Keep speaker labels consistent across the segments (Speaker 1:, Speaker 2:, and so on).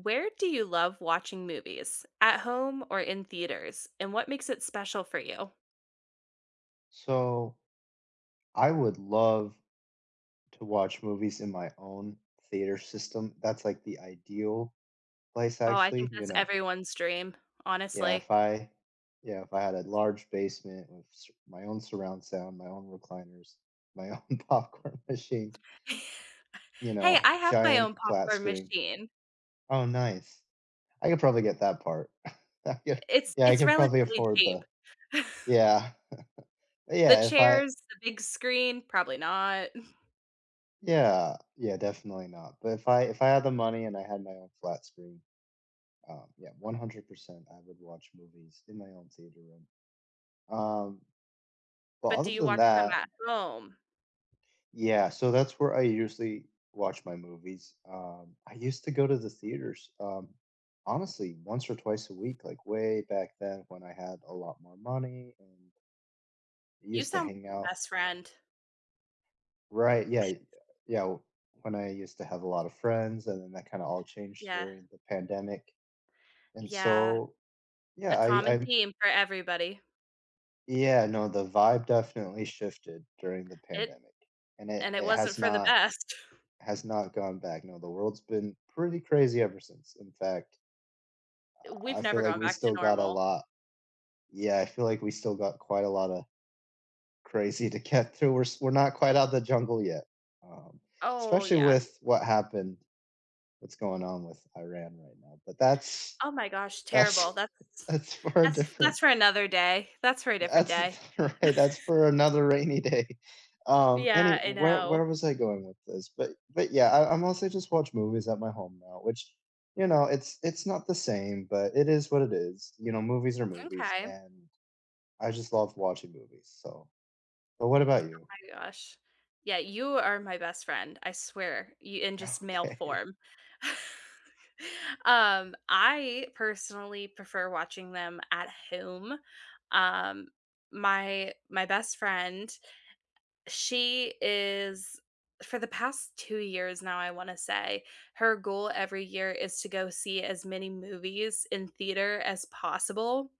Speaker 1: Where do you love watching movies? At home or in theaters? And what makes it special for you?
Speaker 2: So I would love to watch movies in my own theater system. That's like the ideal place,
Speaker 1: Oh, I
Speaker 2: actually.
Speaker 1: think
Speaker 2: You
Speaker 1: that's
Speaker 2: know,
Speaker 1: everyone's dream,
Speaker 2: yeah,
Speaker 1: honestly.
Speaker 2: if I, yeah, if I had a large basement with my own surround sound, my own recliners, my own popcorn machine, you
Speaker 1: Hey,
Speaker 2: know,
Speaker 1: I have my
Speaker 2: giant
Speaker 1: own
Speaker 2: flat
Speaker 1: popcorn
Speaker 2: screen.
Speaker 1: machine.
Speaker 2: Oh, nice. I could probably get that part. I could,
Speaker 1: It's
Speaker 2: yeah, I
Speaker 1: it's
Speaker 2: could probably
Speaker 1: relatively
Speaker 2: afford
Speaker 1: cheap.
Speaker 2: yeah,
Speaker 1: The
Speaker 2: yeah, if I,
Speaker 1: chairs, the big screen, probably not.
Speaker 2: yeah, yeah, definitely not. But if I had the money and I had my own flat screen, yeah, 100% I would watch movies in my own theater room. Um, but
Speaker 1: But do
Speaker 2: other
Speaker 1: you
Speaker 2: than
Speaker 1: watch them
Speaker 2: that,
Speaker 1: at home?
Speaker 2: yeah, so that's where I usually watch my movies. I used to go to the theaters, honestly, once or twice a week, like way back then when I had a lot more money and
Speaker 1: You
Speaker 2: used to
Speaker 1: sound
Speaker 2: hang
Speaker 1: like my
Speaker 2: out.
Speaker 1: best friend.
Speaker 2: Right, yeah, yeah, when I used to have a lot of friends, and then that kind of all changed
Speaker 1: Yeah.
Speaker 2: during the pandemic. And
Speaker 1: Yeah,
Speaker 2: so,
Speaker 1: a
Speaker 2: yeah, I,
Speaker 1: common
Speaker 2: I
Speaker 1: theme for everybody.
Speaker 2: yeah, no, the vibe definitely shifted during the
Speaker 1: It
Speaker 2: pandemic, and it
Speaker 1: and it
Speaker 2: it
Speaker 1: wasn't for the best.
Speaker 2: has not gone back. No, the world's been pretty crazy ever since. In fact,
Speaker 1: We've
Speaker 2: I feel
Speaker 1: never
Speaker 2: like
Speaker 1: gone
Speaker 2: we
Speaker 1: back to
Speaker 2: still got a
Speaker 1: normal.
Speaker 2: lot. Yeah, I feel like we still got quite a lot of crazy to get through. We're not quite out of the jungle yet, um,
Speaker 1: Oh,
Speaker 2: especially
Speaker 1: yeah.
Speaker 2: with what happened, what's going on with Iran right now. But that's
Speaker 1: Oh my gosh,
Speaker 2: that's
Speaker 1: terrible.
Speaker 2: that's for a
Speaker 1: That's
Speaker 2: different.
Speaker 1: that's for another day. That's for a different
Speaker 2: That's
Speaker 1: day.
Speaker 2: right. That's for another rainy day. Any
Speaker 1: Yeah, I
Speaker 2: where
Speaker 1: know.
Speaker 2: where was I going with this? But yeah, I mostly just watch movies at my home now, which you know it's not the same, but it is what it is. You know, movies are movies,
Speaker 1: Okay.
Speaker 2: and I just love watching movies. So, but what about you?
Speaker 1: My gosh. Yeah, you are my best friend, I swear, you in just male
Speaker 2: Okay.
Speaker 1: form. I personally prefer watching them at home. Um, my best friend. She is, for the past 2 years now, I wanna say, her goal every year is to go see as many movies in theater as possible.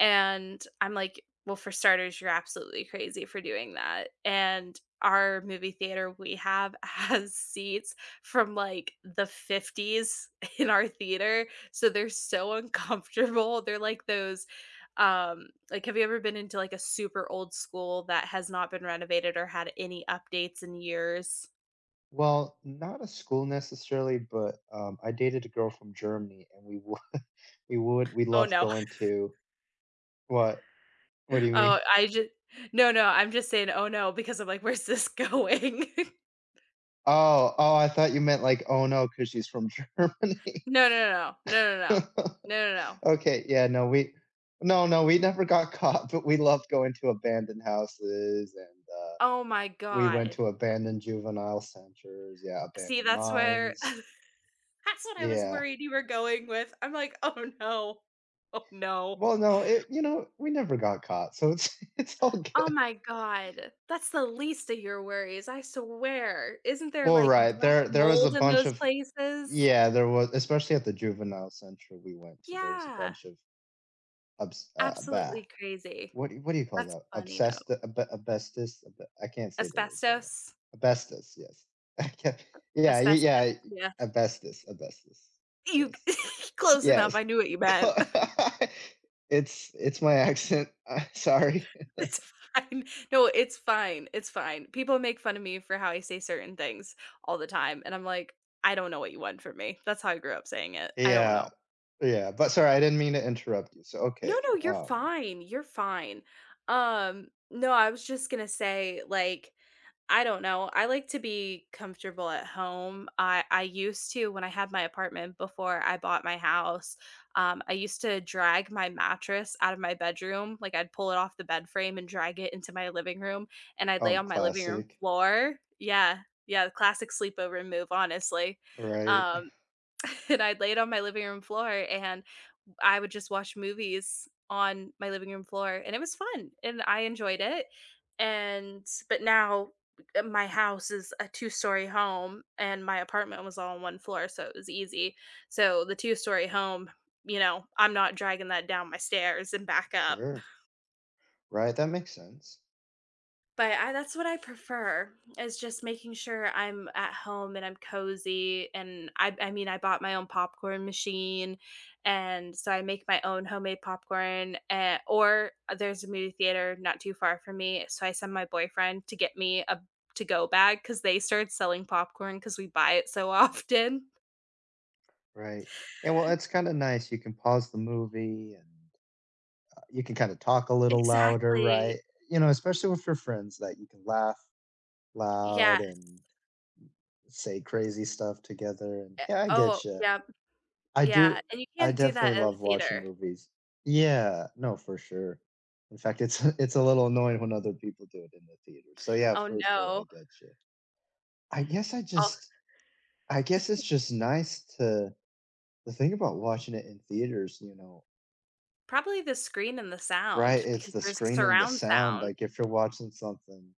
Speaker 1: And I'm like, well, for starters, you're absolutely crazy for doing that. And our movie theater we have has seats from like the 50s in our theater. So they're so uncomfortable. They're like those like, have you ever been into like a super old school that has not been renovated or had any updates in years?
Speaker 2: Well, not a school necessarily, but I dated a girl from Germany, and we would we
Speaker 1: Oh
Speaker 2: loved
Speaker 1: no.
Speaker 2: going to what? What do you
Speaker 1: Oh,
Speaker 2: mean?
Speaker 1: I just no, no, I'm just saying oh no because I'm like, where's this going?
Speaker 2: Oh, oh, I thought you meant like, oh no, because she's from Germany.
Speaker 1: No, no, no, no, no, no, no, no, no, no.
Speaker 2: okay, yeah, no, we, no, no, we never got caught, but we loved going to abandoned houses and uh,
Speaker 1: Oh my
Speaker 2: we went
Speaker 1: god.
Speaker 2: to abandoned juvenile centers. Yeah,
Speaker 1: See,
Speaker 2: abandoned
Speaker 1: that's where
Speaker 2: mines.
Speaker 1: that's what I was
Speaker 2: Yeah.
Speaker 1: worried you were going with. I'm like, "Oh no. Oh no."
Speaker 2: Well, no, it, you know, we never got caught, so it's it's all
Speaker 1: Oh
Speaker 2: good.
Speaker 1: my god. That's the least of your worries, I swear. Isn't there,
Speaker 2: Well,
Speaker 1: like,
Speaker 2: right
Speaker 1: black
Speaker 2: there, there was a
Speaker 1: mold in
Speaker 2: bunch
Speaker 1: those
Speaker 2: of
Speaker 1: places?
Speaker 2: yeah, there was especially at the juvenile center we went to. There was a
Speaker 1: Yeah.
Speaker 2: bunch of abs. uh, bah,
Speaker 1: Absolutely crazy.
Speaker 2: What do you call
Speaker 1: That's
Speaker 2: that?
Speaker 1: funny, though.
Speaker 2: Asbestos? I can't say the word right now.
Speaker 1: Asbestos?
Speaker 2: Asbestos, yes. I can't- yeah,
Speaker 1: Asbestos,
Speaker 2: yeah,
Speaker 1: yeah.
Speaker 2: asbestos, asbestos.
Speaker 1: You
Speaker 2: Yes.
Speaker 1: close enough,
Speaker 2: Yes.
Speaker 1: I knew what you meant.
Speaker 2: It's my accent. sorry.
Speaker 1: It's fine. No, it's fine. It's fine. People make fun of me for how I say certain things all the time, and I'm like, "I don't know what you want from me." That's how I grew up saying it. I don't
Speaker 2: Yeah.
Speaker 1: know.
Speaker 2: Yeah, but sorry, I didn't mean to interrupt you. So,
Speaker 1: No,
Speaker 2: okay.
Speaker 1: no, you're
Speaker 2: Um,
Speaker 1: fine. You're fine. No, I was just gonna say, like, I don't know. I like to be comfortable at home. I used to, when I had my apartment before I bought my house, I used to drag my mattress out of my bedroom, like, I'd pull it off the bed frame and drag it into my living room, and I'd lay
Speaker 2: owned
Speaker 1: on my living room
Speaker 2: classic,
Speaker 1: floor. Yeah, yeah, the classic sleepover move, honestly.
Speaker 2: right?
Speaker 1: Um, and I'd lay it on my living room floor, and I would just watch movies on my living room floor, and it was fun, and I enjoyed it, and but now my house is a two-story home, and my apartment was all on one floor, so it was easy. So the two-story home, you know, I'm not dragging that down my stairs and back up.
Speaker 2: Sure. Right, that makes sense.
Speaker 1: But I that's what I prefer, is just making sure I'm at home and I'm cozy, and I mean, I bought my own popcorn machine, and so I make my own homemade popcorn, eh, or there's a movie theater not too far from me, so I send my boyfriend to get me a to-go bag because they started selling popcorn because we buy it so often.
Speaker 2: Right. And well, it's kind of nice. You can pause the movie and you can kind of talk a little louder,
Speaker 1: Exactly.
Speaker 2: right? You know, especially with your friends that you can laugh loud
Speaker 1: Yeah,
Speaker 2: and say crazy stuff together. And
Speaker 1: eh,
Speaker 2: yeah, I
Speaker 1: oh,
Speaker 2: get you.
Speaker 1: yeah.
Speaker 2: I
Speaker 1: Yeah,
Speaker 2: do.
Speaker 1: and you
Speaker 2: I
Speaker 1: can't do
Speaker 2: definitely
Speaker 1: that at
Speaker 2: love
Speaker 1: a
Speaker 2: watching
Speaker 1: theater.
Speaker 2: movies. Yeah, no, for sure. In fact, it's it's a little annoying when other people do it in the theater. So yeah,
Speaker 1: Oh,
Speaker 2: for sure, I
Speaker 1: no.
Speaker 2: get you. I guess I
Speaker 1: All
Speaker 2: just, I guess it's just nice to the thing about watching it in theaters. You know,
Speaker 1: probably the screen and the
Speaker 2: right,
Speaker 1: sound
Speaker 2: it's
Speaker 1: because
Speaker 2: the
Speaker 1: there's
Speaker 2: screen and the
Speaker 1: surround
Speaker 2: sound.
Speaker 1: sound.
Speaker 2: Like if you're watching something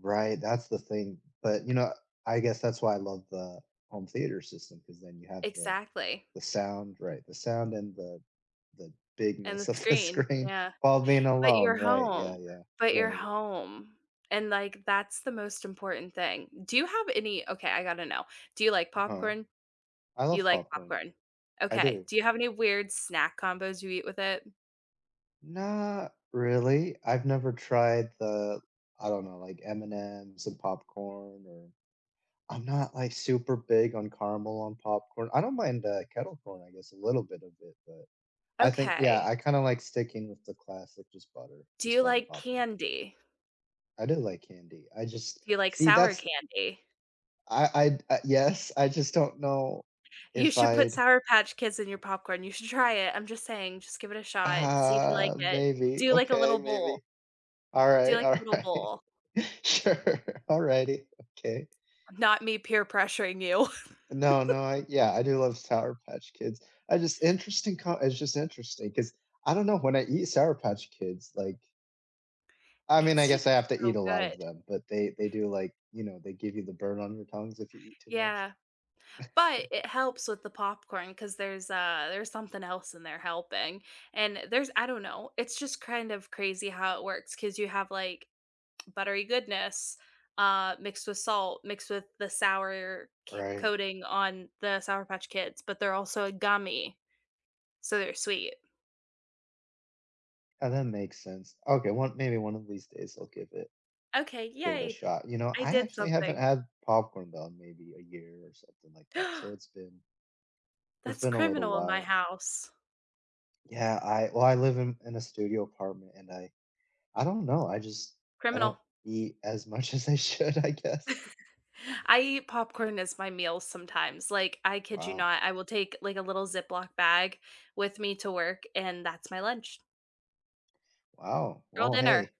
Speaker 2: right, that's the thing. But, you know, I guess that's why I love the home theater system because then you have
Speaker 1: Exactly,
Speaker 2: the sound, right, the sound and the
Speaker 1: and the
Speaker 2: bigness of the
Speaker 1: screen,
Speaker 2: screen
Speaker 1: yeah.
Speaker 2: while being
Speaker 1: But
Speaker 2: alone,
Speaker 1: you're
Speaker 2: right, yeah,
Speaker 1: home,
Speaker 2: yeah,
Speaker 1: but you're
Speaker 2: right,
Speaker 1: home, and, like, that's the most important thing. Do you have any okay, I gotta know. Do you like
Speaker 2: uh-huh.
Speaker 1: popcorn?
Speaker 2: I
Speaker 1: You
Speaker 2: love
Speaker 1: like
Speaker 2: popcorn,
Speaker 1: popcorn.
Speaker 2: I
Speaker 1: Okay.
Speaker 2: do.
Speaker 1: Do you have any weird snack combos you eat with it?
Speaker 2: Not really, I've never tried I don't know, like, M&M's and M's and popcorn or I'm not, like, super big on caramel on popcorn. I don't mind, kettle corn, I guess, a little bit of it, but I think, yeah,
Speaker 1: Okay.
Speaker 2: I kinda like sticking with the classic,
Speaker 1: Do
Speaker 2: just
Speaker 1: you
Speaker 2: butter
Speaker 1: like
Speaker 2: popping.
Speaker 1: candy?
Speaker 2: I do like candy.
Speaker 1: Do you like sour candy?
Speaker 2: Yes, I just don't know
Speaker 1: You
Speaker 2: if
Speaker 1: should put
Speaker 2: I'd
Speaker 1: Sour Patch Kids in your popcorn, you should try it, I'm just saying, just give it a shot, see if you
Speaker 2: ah,
Speaker 1: like it.
Speaker 2: maybe,
Speaker 1: Do like a
Speaker 2: okay,
Speaker 1: little bowl,
Speaker 2: maybe.
Speaker 1: do
Speaker 2: Alright,
Speaker 1: like a little
Speaker 2: alright.
Speaker 1: bowl.
Speaker 2: Sure, alrighty, okay.
Speaker 1: Not me peer pressuring you.
Speaker 2: No, no, I yeah, I do love Sour Patch Kids. I just interesting co it's just interesting because I don't know, when I eat Sour Patch Kids, like, I mean, I
Speaker 1: It's just
Speaker 2: guess I have to eat
Speaker 1: so
Speaker 2: a lot
Speaker 1: good.
Speaker 2: of them, but they do like, you know, they give you the burn on your tongues if you eat too much.
Speaker 1: Yeah, but it helps with the popcorn because there's something else in there helping, and there's I don't know, it's just kind of crazy how it works because you have, like, buttery goodness, mixed with salt, mixed with the sour c
Speaker 2: Right.
Speaker 1: coating on the Sour Patch Kids, but they're also a gummy. So they're sweet.
Speaker 2: And that makes sense. Okay, one maybe one of these days I'll
Speaker 1: Okay,
Speaker 2: give it a
Speaker 1: yay.
Speaker 2: shot. You know,
Speaker 1: I
Speaker 2: I
Speaker 1: did
Speaker 2: actually haven't
Speaker 1: something.
Speaker 2: had popcorn though, in maybe a year or something like that. So it's
Speaker 1: That's
Speaker 2: been a little
Speaker 1: criminal in my
Speaker 2: while.
Speaker 1: house.
Speaker 2: Yeah, I well, I live in a studio apartment and I don't know. I just I don't
Speaker 1: Criminal.
Speaker 2: eat as much as I should, I guess.
Speaker 1: I eat popcorn as my meals sometimes. Like, I kid you
Speaker 2: Wow.
Speaker 1: not, I will take like a little Ziploc bag with me to work, and that's my lunch.
Speaker 2: Wow.
Speaker 1: Girl
Speaker 2: Well,
Speaker 1: dinner.
Speaker 2: hey.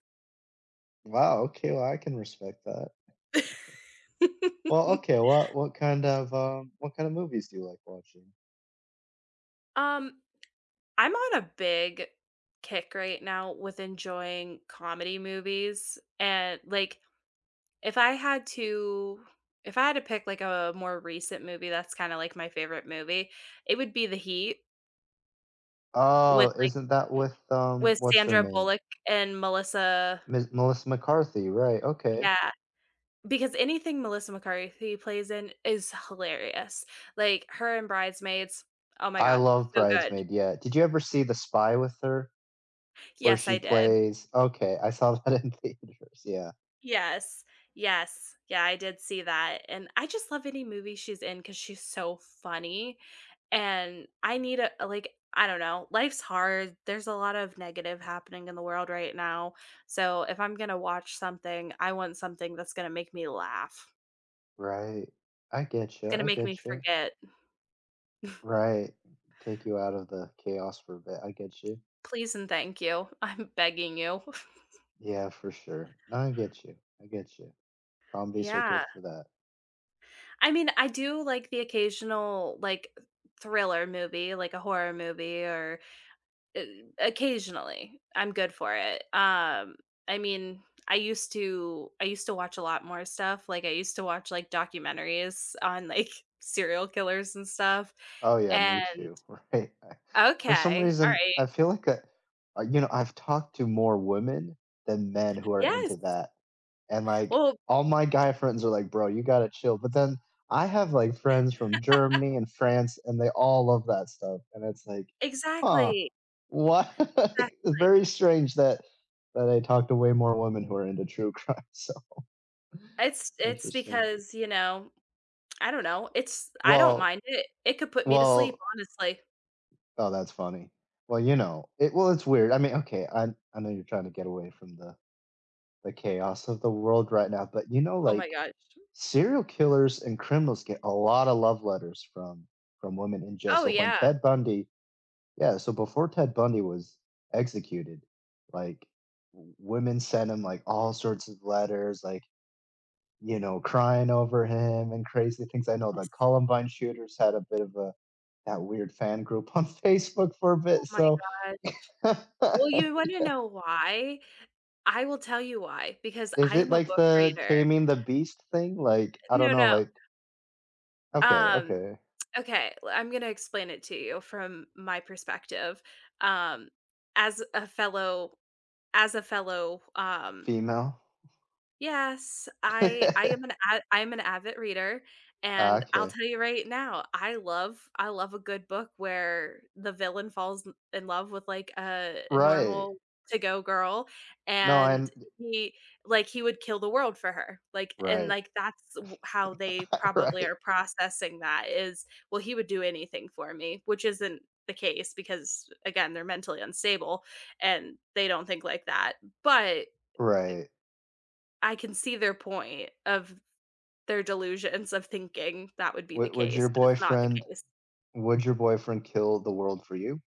Speaker 2: Wow, okay, well I can respect that. Well, okay, what kind of movies do you like watching?
Speaker 1: um, I'm on a big kick right now with enjoying comedy movies and like, If I had to if I had to pick, like, a more recent movie that's kinda, like, my favorite movie, it would be The Heat, with,
Speaker 2: Oh,
Speaker 1: like,
Speaker 2: isn't that with,
Speaker 1: with
Speaker 2: what's her
Speaker 1: Sandra
Speaker 2: name?
Speaker 1: Bullock and Melissa.
Speaker 2: Miss Melissa McCarthy, right, okay.
Speaker 1: Yeah, because anything Melissa McCarthy plays in is hilarious. Like, her and Bridesmaids, oh my
Speaker 2: I
Speaker 1: god,
Speaker 2: love
Speaker 1: so good.
Speaker 2: Bridesmaid, yeah. Did you ever see The Spy with her? Where
Speaker 1: Yes,
Speaker 2: she
Speaker 1: I did.
Speaker 2: plays okay, I saw that in theaters, yeah,
Speaker 1: Yes. Yes. Yeah, I did see that, and I just love any movie she's in because she's so funny, and I need a like, I don't know, life's hard, there's a lot of negative happening in the world right now, so if I'm gonna watch something, I want something that's gonna make me laugh,
Speaker 2: right. I get you,
Speaker 1: gonna
Speaker 2: I
Speaker 1: make me
Speaker 2: get you.
Speaker 1: forget.
Speaker 2: Right, take you out of the chaos for a bit, I get you.
Speaker 1: Please and thank you, I'm begging you.
Speaker 2: Yeah, for sure. No, I get you, I get you. Comedies are good
Speaker 1: Yeah.
Speaker 2: for that.
Speaker 1: I mean, I do like the occasional, like, thriller movie, like a horror movie or Uh, occasionally, I'm good for it. I mean, I used to watch a lot more stuff. Like I used to watch like documentaries on like serial killers and stuff.
Speaker 2: Oh yeah, me
Speaker 1: And
Speaker 2: too. Right. For some
Speaker 1: okay, all
Speaker 2: reason,
Speaker 1: right.
Speaker 2: I feel like I, you know, I've talked to more women than men who are
Speaker 1: Yes.
Speaker 2: into that. And like
Speaker 1: Well,
Speaker 2: all my guy friends are like, "Bro, you got to chill." But then I have like friends from Germany and France and they all love that stuff. And it's like, "Huh.
Speaker 1: exactly.
Speaker 2: What?" it's very
Speaker 1: Exactly.
Speaker 2: strange that I talk to way more women who are into true crime. So,
Speaker 1: It's
Speaker 2: interesting.
Speaker 1: because, you know, I don't know. It's I don't
Speaker 2: Well,
Speaker 1: mind it. It could put me to sleep,
Speaker 2: well,
Speaker 1: honestly.
Speaker 2: oh, that's funny. Well, you know, it well, it's weird. I mean, okay, I know you're trying to get away from the chaos of the world right now, but you know,
Speaker 1: Oh
Speaker 2: like
Speaker 1: my gosh.
Speaker 2: serial killers and criminals get a lot of love letters from women in jail.
Speaker 1: Oh
Speaker 2: So when
Speaker 1: yeah.
Speaker 2: Ted Bundy, yeah, so before Ted Bundy was executed, like women sent him like all sorts of letters, like you know, crying over him and crazy things. I know the
Speaker 1: Yes.
Speaker 2: Columbine shooters had a bit of a that weird fan group on Facebook for a bit,
Speaker 1: Oh my
Speaker 2: so
Speaker 1: god. Well, you wanna know why? I will tell you why, because
Speaker 2: Is
Speaker 1: I
Speaker 2: it
Speaker 1: am a
Speaker 2: like
Speaker 1: book
Speaker 2: the
Speaker 1: reader.
Speaker 2: taming the beast thing? Like, I don't
Speaker 1: No,
Speaker 2: know,
Speaker 1: no,
Speaker 2: like, okay,
Speaker 1: um,
Speaker 2: okay.
Speaker 1: okay, l I'm gonna explain it to you from my perspective. Um, as a fellow,
Speaker 2: Female.
Speaker 1: Yes, I am an I'm an avid reader,
Speaker 2: Ah,
Speaker 1: and I'll
Speaker 2: okay.
Speaker 1: tell you right now, I love a good book where the villain falls in love with, like, a
Speaker 2: Right.
Speaker 1: normal to-go girl,
Speaker 2: No,
Speaker 1: and
Speaker 2: I'm
Speaker 1: he like, he would kill the world for her, like and,
Speaker 2: right.
Speaker 1: like, that's w how they probably
Speaker 2: Right.
Speaker 1: are processing that is, "Well, he would do anything for me," which isn't the case because, again, they're mentally unstable, and they don't think like that, but
Speaker 2: Right.
Speaker 1: I can see their point of their delusions of thinking that would be the
Speaker 2: Would
Speaker 1: case,
Speaker 2: your
Speaker 1: but it's not the
Speaker 2: boyfriend
Speaker 1: case.
Speaker 2: kill the world for you?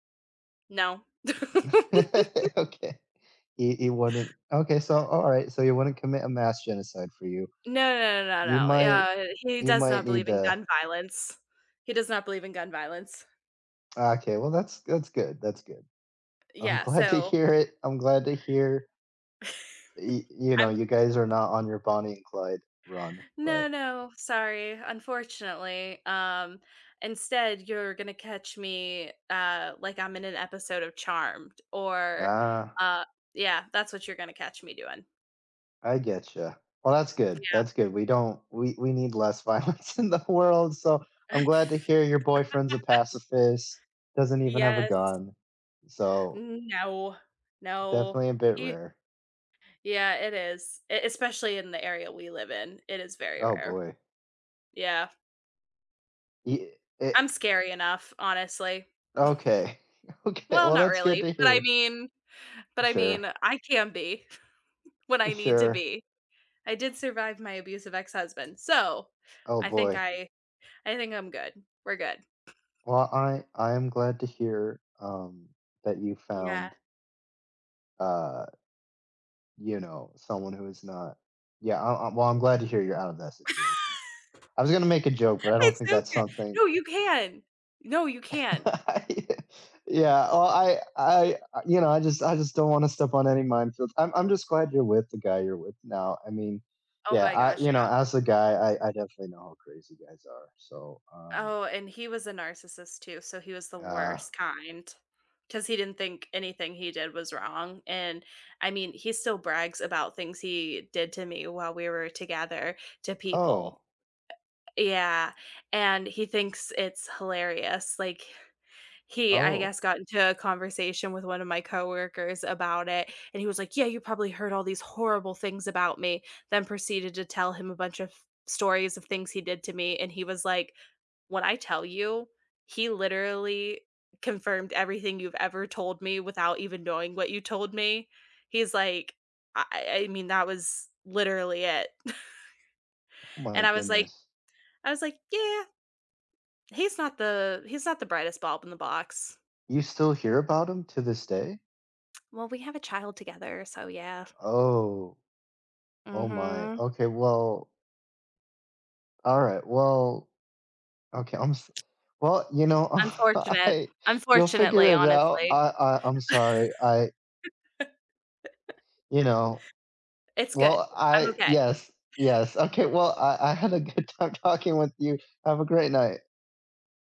Speaker 1: No.
Speaker 2: Okay. He wouldn't okay, so all right, so he wouldn't commit a mass genocide for you.
Speaker 1: No, no, no, no,
Speaker 2: You
Speaker 1: no.
Speaker 2: might
Speaker 1: Yeah, he
Speaker 2: you
Speaker 1: does
Speaker 2: might
Speaker 1: not
Speaker 2: need
Speaker 1: believe in
Speaker 2: to
Speaker 1: gun violence. He does not believe in gun violence.
Speaker 2: ah, okay, well that's good, that's good. I'm
Speaker 1: Yeah,
Speaker 2: glad to
Speaker 1: so
Speaker 2: hear it. I'm glad to hear you know,
Speaker 1: I'm
Speaker 2: you guys are not on your Bonnie and Clyde run,
Speaker 1: no,
Speaker 2: but
Speaker 1: no, sorry, unfortunately. Instead, you're gonna catch me, like I'm in an episode of Charmed or,
Speaker 2: ah,
Speaker 1: uh yeah, that's what you're gonna catch me doing.
Speaker 2: I get you. Well, that's good.
Speaker 1: Yeah.
Speaker 2: That's good. We don't. We need less violence in the world. So I'm glad to hear your boyfriend's a pacifist. Doesn't even have a
Speaker 1: Yes.
Speaker 2: gun. So
Speaker 1: No, no.
Speaker 2: definitely a bit
Speaker 1: You
Speaker 2: rare.
Speaker 1: yeah, it is, e especially in the area we live in, it is very
Speaker 2: Oh
Speaker 1: rare.
Speaker 2: boy.
Speaker 1: Yeah,
Speaker 2: Y- It,
Speaker 1: I'm scary enough, honestly.
Speaker 2: okay. Okay.
Speaker 1: Well,
Speaker 2: Well,
Speaker 1: not
Speaker 2: that's good
Speaker 1: really,
Speaker 2: to
Speaker 1: but I
Speaker 2: hear.
Speaker 1: mean but I
Speaker 2: Sure.
Speaker 1: mean, I can be when I need to
Speaker 2: Sure.
Speaker 1: be. I did survive my abusive ex-husband, so
Speaker 2: Oh
Speaker 1: I think
Speaker 2: boy.
Speaker 1: I I think I'm good. We're good.
Speaker 2: Well, I am glad to hear that you
Speaker 1: Yeah.
Speaker 2: found uh you know, someone who is not yeah, I well, I'm glad to hear you're out of that situation. I was gonna make a joke, but I don't
Speaker 1: It's
Speaker 2: think that's
Speaker 1: okay.
Speaker 2: something
Speaker 1: No, you can. No, you can.
Speaker 2: Yeah, well, I you know, I just don't wanna step on any minefields. I'm just glad you're with the guy you're with now. I mean,
Speaker 1: Oh
Speaker 2: yeah,
Speaker 1: my
Speaker 2: I
Speaker 1: gosh.
Speaker 2: you know, as a guy, I definitely know how crazy guys are. So,
Speaker 1: Oh, and he was a narcissist too, so he was the
Speaker 2: uh
Speaker 1: worst kind, because he didn't think anything he did was wrong, and, I mean, he still brags about things he did to me while we were together to
Speaker 2: oh,
Speaker 1: people. Yeah, and he thinks it's hilarious, like, he, I
Speaker 2: oh,
Speaker 1: guess, got into a conversation with one of my coworkers about it, and he was like, "Yeah, you probably heard all these horrible things about me," then proceeded to tell him a bunch of stories of things he did to me, and he was like, when I tell you, he literally confirmed everything you've ever told me without even knowing what you told me. He's like, I mean, that was literally it.
Speaker 2: oh my
Speaker 1: And
Speaker 2: goodness.
Speaker 1: I was like, "Yeah, he's not the brightest bulb in the box."
Speaker 2: You still hear about him to this day?
Speaker 1: Well, we have a child together, so yeah.
Speaker 2: Oh, oh my.
Speaker 1: Mhm.
Speaker 2: Okay, well alright, well okay, I'm s well, you know,
Speaker 1: Unfortunate.
Speaker 2: I you'll figure
Speaker 1: Unfortunately,
Speaker 2: it out.
Speaker 1: honestly.
Speaker 2: I'm sorry. I you know,
Speaker 1: It's good.
Speaker 2: well,
Speaker 1: I'm
Speaker 2: I
Speaker 1: okay.
Speaker 2: yes, yes. Okay, well, I had a good time talking with you. Have a great night.